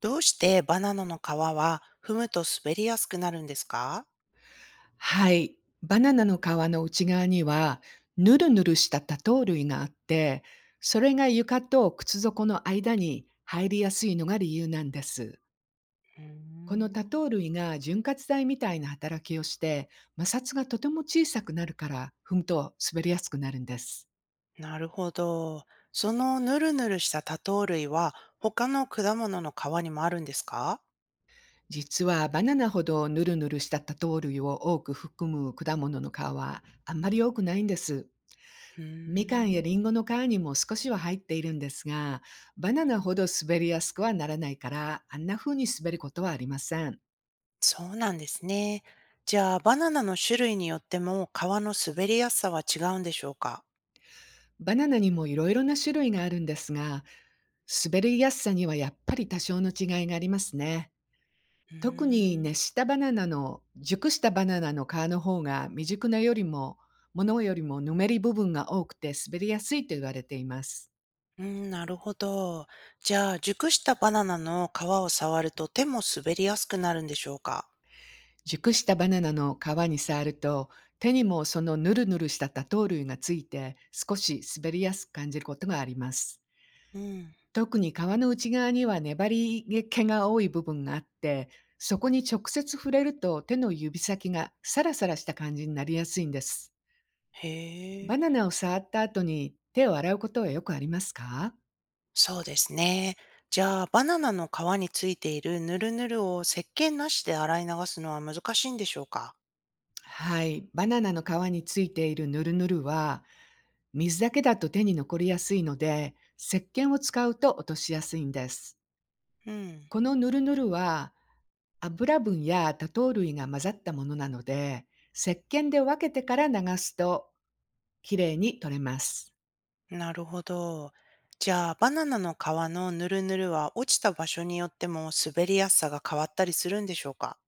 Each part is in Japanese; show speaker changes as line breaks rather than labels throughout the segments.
どうしてバナナの皮は踏むと滑りやすくなるんですか？
はい。バナナの皮の内側には、ぬるぬるした多糖類があって、それが床と靴底の間に入りやすいのが理由なんです。
うー
この多
ん。
糖類が潤滑剤みたいな働きをして、摩擦がとても小さくなるから、踏むと滑りやすくなるんです。
なるほど。そのヌルヌルした多糖類は他の果物の皮にもあるんですか？
実はバナナほどぬるぬるした多糖類を多く含む果物の皮はあんまり多くないんです。
う
みかん
ー
や
ん、
りんごの皮にも少しは入っているんですが、バナナほど滑りやすくはならないから、あんな風に滑ることはありません。
そうなんですね。じゃあバナナの種類によっても皮の滑りやすさは違うんでしょうか？
バナナにもいろいろな種類があるんですが、滑りやすさにはやっぱり多少の違いがありますね。
う
特に
ーん、
熱したバナナの、熟したバナナの皮の方が未熟なよりも、ものよりもぬめり部分が多くて滑りやすいと言われています。
うん、なるほど。じゃあ熟したバナナの皮を触ると手も滑りやすくなるんでしょうか？
熟したバナナの皮に触ると、手にもそのヌルヌルした多糖類がついて、少し滑りやすく感じることがあります。
うん、
特に皮の内側には粘り気が多い部分があって、そこに直接触れると手の指先がサラサラした感じになりやすいんです。
へえ。
バナナを触った後に手を洗うことはよくありますか？
そうですね。じゃあ、バナナの皮についているヌルヌルを石鹸なしで洗い流すのは難しいんでしょうか？
はい。バナナの皮についているヌルヌルは、水だけだと手に残りやすいので、石鹸を使うと落としやすいんです。
うん。
このヌルヌルは、油分や多糖類が混ざったものなので、石鹸で分けてから流すときれいに取れます。
なるほど。じゃあ、バナナの皮のヌルヌルは落ちた場所によっても滑りやすさが変わったりするんでしょうか？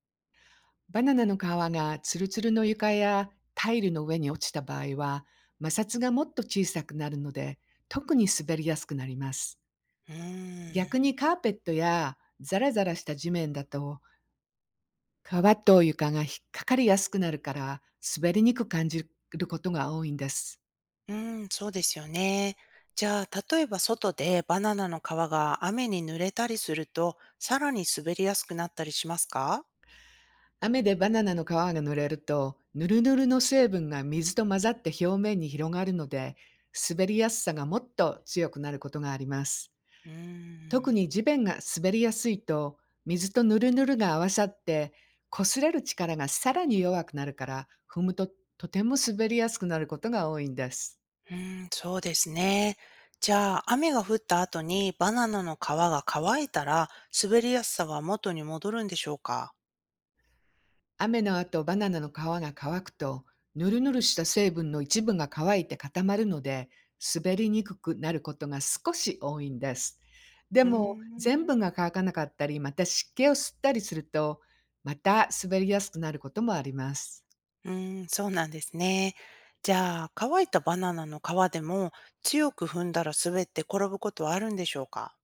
バナナの皮がツルツルの床やタイルの上に落ちた場合は、摩擦がもっと小さくなるので、特に滑りやすくなります。
うー
逆
ん。
にカーペットやザラザラした地面だと、皮と床が引っかかりやすくなるから、滑りにくく感じることが多いんです。
うーん、そうですよね。じゃあ、例えば外でバナナの皮が雨に濡れたりすると、さらに滑りやすくなったりしますか？
雨でバナナの皮が濡れると、ぬるぬるの成分が水と混ざって表面に広がるので、滑りやすさがもっと強くなることがあります。
うー
特
ん。
に地面が滑りやすいと、水とぬるぬるが合わさって、擦れる力がさらに弱くなるから、踏むととても滑りやすくなることが多いんです。
うーん、そうですね。じゃあ、雨が降った後にバナナの皮が乾いたら、滑りやすさは元に戻るんでしょうか？
雨の後、バナナの皮が乾くと、ぬるぬるした成分の一部が乾いて固まるので、滑りにくくなることが少し多いんです。で
うー
も、全
ん、
部が乾かなかったり、また湿気を吸ったりすると、また滑りやすくなることもあります。
うーん、そうなんですね。じゃあ、乾いたバナナの皮でも強く踏んだら滑って転ぶことはあるんでしょうか？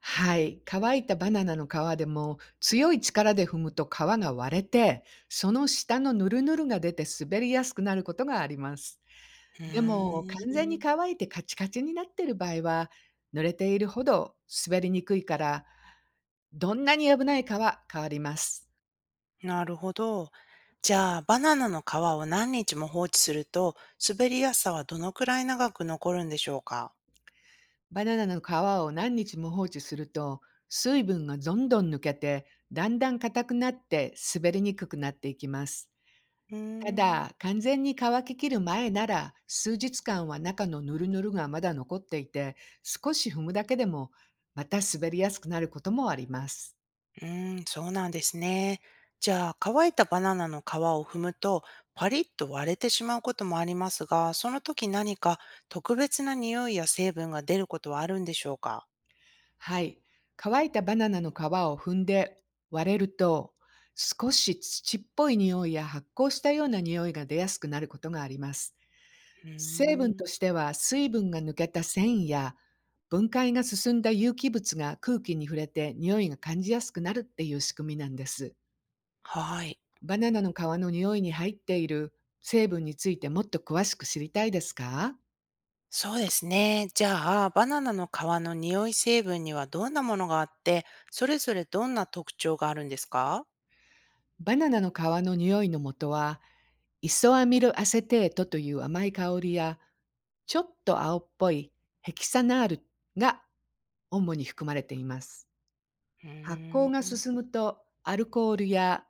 はい、乾いたバナナの皮でも強い力で踏むと皮が割れて、その下のヌルヌルが出て滑りやすくなることがあります。
う
でも
ー
完全に
ん、
乾いてカチカチになっている場合は、濡れているほど滑りにくいから、どんなに危ないか変わります。
なるほど。じゃあ、バナナの皮を何日も放置すると、滑りやすさはどのくらい長く残るんでしょうか？
バナナの皮を何日も放置すると、水分がどんどん抜けて、だんだん硬くなって滑りにくくなっていきます。
う
た
ーん。
だ、完全に乾ききる前なら、数日間は中のヌルヌルがまだ残っていて、少し踏むだけでも、また滑りやすくなることもあります。
うーん、そうなんですね。じゃあ、乾いたバナナの皮を踏むと、パリッと割れてしまうこともありますが、その時何か特別な匂いや成分が出ることはあるんでしょうか？
はい。乾いたバナナの皮を踏んで割れると、少し土っぽい匂いや発酵したような匂いが出やすくなることがあります。
うー
成分と
ん、
しては、水分が抜けた繊維や、分解が進んだ有機物が空気に触れて匂いが感じやすくなるっていう仕組みなんです。
はい。
バナナの皮の匂いに入っている成分についてもっと詳しく知りたいですか？
そうですね。じゃあ、バナナの皮の匂い成分にはどんなものがあって、それぞれどんな特徴があるんですか？
バナナの皮の匂いの元は、イソアミルアセテートという甘い香りや、ちょっと青っぽいヘキサナールが主に含まれています。
う
発酵
ー
が
ん、
進むとアルコールや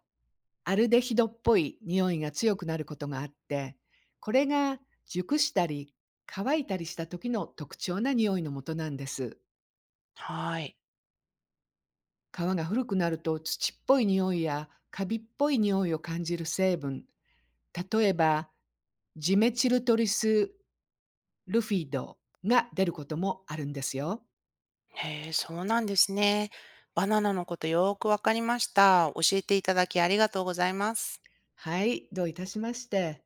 アルデヒドっぽい匂いが強くなることがあって、これが熟したり乾いたりした時の特徴な匂いの元なんです。
はい。
皮が古くなると土っぽい匂いやカビっぽい匂いを感じる成分、例えばジメチルトリスルフィドが出ることもあるんですよ。
へえ、そうなんですね。バナナのことよーくわかりました。教えていただきありがとうございます。
はい、どういたしまして。